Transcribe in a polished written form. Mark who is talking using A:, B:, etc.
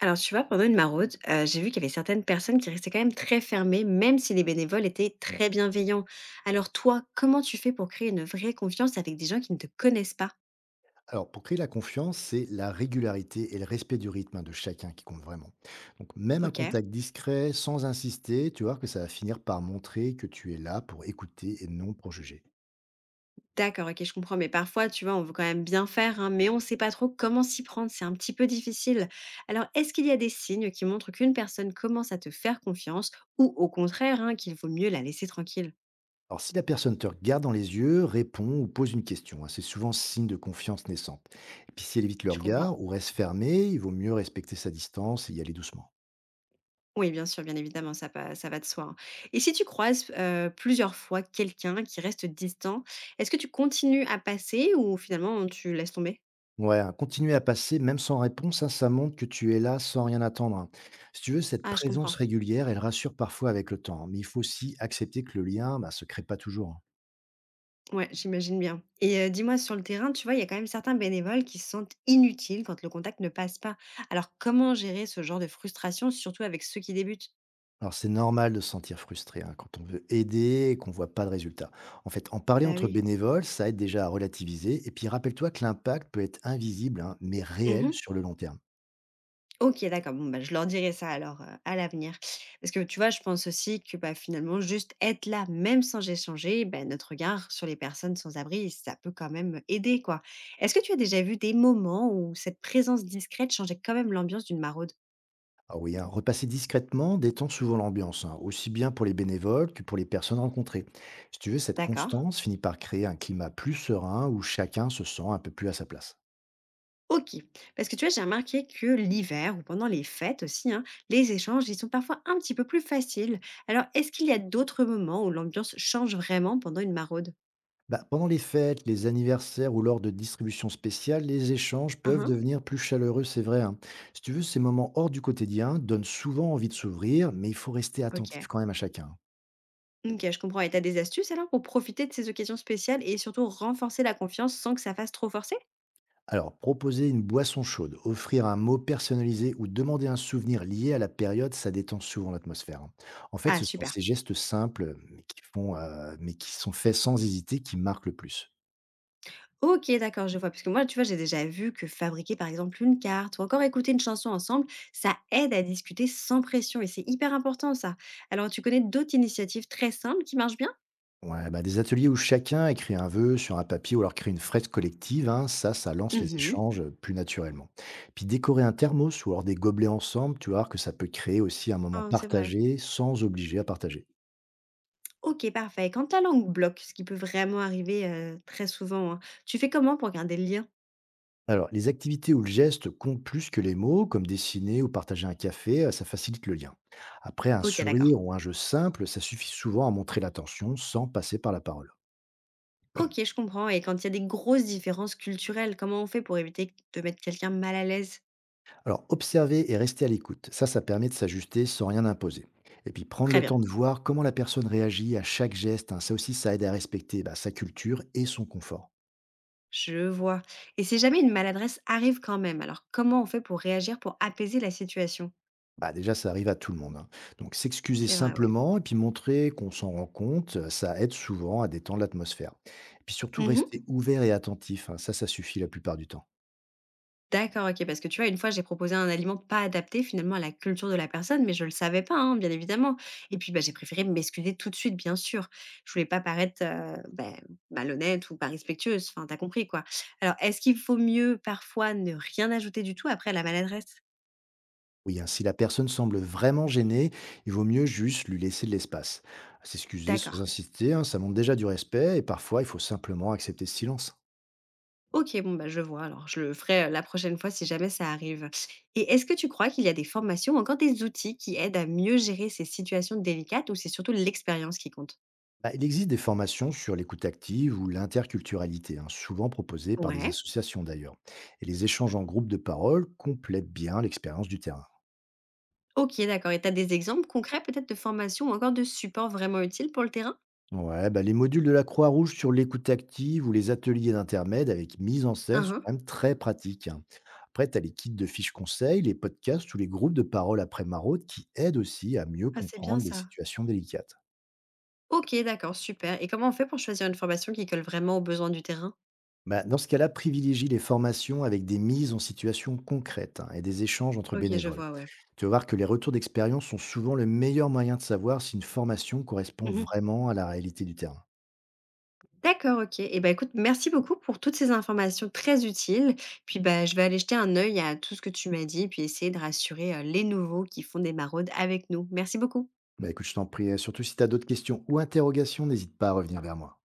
A: Alors tu vois, pendant une maraude, j'ai vu qu'il y avait certaines personnes qui restaient quand même très fermées, même si les bénévoles étaient très bienveillants. Alors toi, comment tu fais pour créer une vraie confiance avec des gens qui ne te connaissent pas?
B: Alors, pour créer la confiance, c'est la régularité et le respect du rythme hein, de chacun qui compte vraiment. Donc, même un
A: OK.
B: contact discret, sans insister, tu vois que ça va finir par montrer que tu es là pour écouter et non pour juger.
A: D'accord, OK, je comprends, mais parfois, tu vois, on veut quand même bien faire, hein, mais on ne sait pas trop comment s'y prendre, c'est un petit peu difficile. Alors, est-ce qu'il y a des signes qui montrent qu'une personne commence à te faire confiance ou au contraire, hein, qu'il vaut mieux la laisser tranquille?
B: Alors, si la personne te regarde dans les yeux, répond ou pose une question, hein, c'est souvent signe de confiance naissante. Et puis, si elle évite le
A: Je comprends.
B: regard ou reste fermée, il vaut mieux respecter sa distance et y aller doucement.
A: Oui, bien sûr, bien évidemment, ça va de soi, hein. Et si tu croises, plusieurs fois quelqu'un qui reste distant, est-ce que tu continues à passer ou finalement tu laisses tomber?
B: Ouais, hein, continuer à passer même sans réponse, hein, ça montre que tu es là sans rien attendre, hein. Si tu veux, cette
A: Ah, je
B: présence
A: comprends.
B: régulière, elle rassure parfois avec le temps, hein, mais il faut aussi accepter que le lien, bah, se crée pas toujours, hein.
A: Ouais, j'imagine bien. Et dis-moi sur le terrain, tu vois, il y a quand même certains bénévoles qui se sentent inutiles quand le contact ne passe pas. Alors comment gérer ce genre de frustration, surtout avec ceux qui débutent?
B: Alors c'est normal de se sentir frustré, hein, quand on veut aider et qu'on voit pas de résultat. En fait, en parler
A: Bah
B: entre
A: oui.
B: bénévoles, ça aide déjà à relativiser et puis rappelle-toi que l'impact peut être invisible, hein, mais réel
A: Mmh.
B: sur le long terme.
A: OK, d'accord. Bon, bah, je leur dirai ça alors, à l'avenir. Parce que tu vois, je pense aussi que, bah, finalement, juste être là, même sans échanger, bah, notre regard sur les personnes sans abri, ça peut quand même aider, quoi. Est-ce que tu as déjà vu des moments où cette présence discrète changeait quand même l'ambiance d'une maraude?
B: Ah oui, hein, repasser discrètement détend souvent l'ambiance, hein, aussi bien pour les bénévoles que pour les personnes rencontrées. Si tu veux, cette
A: D'accord.
B: constance finit par créer un climat plus serein où chacun se sent un peu plus à sa place.
A: OK. Parce que tu vois, j'ai remarqué que l'hiver ou pendant les fêtes aussi, hein, les échanges, ils sont parfois un petit peu plus faciles. Alors, est-ce qu'il y a d'autres moments où l'ambiance change vraiment pendant une maraude?
B: Bah, pendant les fêtes, les anniversaires ou lors de distributions spéciales, les échanges
A: Hein
B: peuvent
A: hein.
B: devenir plus chaleureux, c'est vrai, hein. Si tu veux, ces moments hors du quotidien donnent souvent envie de s'ouvrir, mais il faut rester attentif
A: OK.
B: quand même à chacun, hein.
A: OK, je comprends et t'as des astuces alors pour profiter de ces occasions spéciales et surtout renforcer la confiance sans que ça fasse trop forcer?
B: Alors, proposer une boisson chaude, offrir un mot personnalisé ou demander un souvenir lié à la période, ça détend souvent l'atmosphère, hein. En fait,
A: Ah
B: ce sont
A: super.
B: ces gestes simples, mais mais qui sont faits sans hésiter, qui marquent le plus.
A: OK, d'accord, je vois. Parce que moi, tu vois, j'ai déjà vu que fabriquer par exemple une carte ou encore écouter une chanson ensemble, ça aide à discuter sans pression et c'est hyper important ça. Alors tu connais d'autres initiatives très simples qui marchent bien?
B: Ouais, bah, des ateliers où chacun écrit un vœu sur un papier ou alors crée une fresque collective, hein, ça lance les
A: Mmh.
B: échanges plus naturellement. Puis décorer un thermos ou alors des gobelets ensemble, tu vas voir que ça peut créer aussi un moment
A: Ah, c'est vrai.
B: partagé sans obliger à partager.
A: OK, parfait. Et quand la langue bloque, ce qui peut vraiment arriver, très souvent, hein, tu fais comment pour garder le lien?
B: Alors, les activités ou le geste comptent plus que les mots, comme dessiner ou partager un café, ça facilite le lien. Après, un
A: OK, d'accord.
B: sourire ou un jeu simple, ça suffit souvent à montrer l'attention sans passer par la parole.
A: OK, je comprends et quand il y a des grosses différences culturelles, comment on fait pour éviter de mettre quelqu'un mal à l'aise?
B: Alors, observer et rester à l'écoute, ça permet de s'ajuster sans rien imposer. Et puis, prendre
A: Très
B: le
A: bien,
B: temps de voir comment la personne réagit à chaque geste, hein, ça aussi, ça aide à respecter bah, sa culture et son confort.
A: je vois, et si jamais une maladresse arrive quand même, alors comment on fait pour réagir, pour apaiser la situation?
B: Bah déjà, ça arrive à tout le monde, hein. Donc, s'excuser
A: C'est vrai, oui.
B: simplement et puis montrer qu'on s'en rend compte, ça aide souvent à détendre l'atmosphère. Et puis surtout, rester ouvert et attentif, hein, ça suffit la plupart du temps.
A: D'accord, OK, parce que tu vois, une fois, j'ai proposé un aliment pas adapté finalement à la culture de la personne, mais je le savais pas, hein, bien évidemment. Et puis, bah, j'ai préféré m'excuser tout de suite, bien sûr. Je voulais pas paraître, bah, malhonnête ou pas respectueuse. Enfin, t'as compris, quoi. Alors, est-ce qu'il faut mieux parfois ne rien ajouter du tout après la maladresse?
B: Oui, hein, si la personne semble vraiment gênée, il vaut mieux juste lui laisser de l'espace. S'excuser sans
A: D'accord.
B: insister, hein, ça montre déjà du respect et parfois, il faut simplement accepter ce silence.
A: OK, bon, bah, je vois alors. Je le ferai, la prochaine fois si jamais ça arrive. Et est-ce que tu crois qu'il y a des formations ou encore des outils qui aident à mieux gérer ces situations délicates ou c'est surtout l'expérience qui compte?
B: Bah, il existe des formations sur l'écoute active ou l'interculturalité, hein, souvent proposées par des
A: Ouais.
B: associations d'ailleurs. Et les échanges en groupe de parole complètent bien l'expérience du terrain.
A: OK, d'accord, et tu as des exemples concrets peut-être de formations ou encore de supports vraiment utiles pour le terrain?
B: Ouais, bah, les modules de la Croix-Rouge sur l'écoute active ou les ateliers d'intermède avec mise en scène
A: Hein,
B: sont
A: hein.
B: quand même très pratiques, hein. Après, tu as les kits de fiches conseils, les podcasts ou les groupes de parole après maraude qui aident aussi à mieux
A: Ah, c'est bien
B: comprendre les
A: ça.
B: situations délicates.
A: OK, d'accord, super, et comment on fait pour choisir une formation qui colle vraiment aux besoins du terrain?
B: Bah, dans ce cas-là, privilégie les formations avec des mises en situation concrète hein, et des échanges entre
A: OK, je
B: bénévoles.
A: vois, ouais.
B: Tu vas voir que les retours d'expérience sont souvent le meilleur moyen de savoir si une formation correspond
A: Mmh.
B: vraiment à la réalité du terrain.
A: D'accord, OK, et ben écoute, merci beaucoup pour toutes ces informations très utiles. Puis, bah, je vais aller jeter un œil à tout ce que tu m'as dit, puis essayer de rassurer, les nouveaux qui font des maraudes avec nous. Merci beaucoup.
B: Bah, écoute, je t'en prie, surtout si tu as d'autres questions ou interrogations, n'hésite pas à revenir vers moi.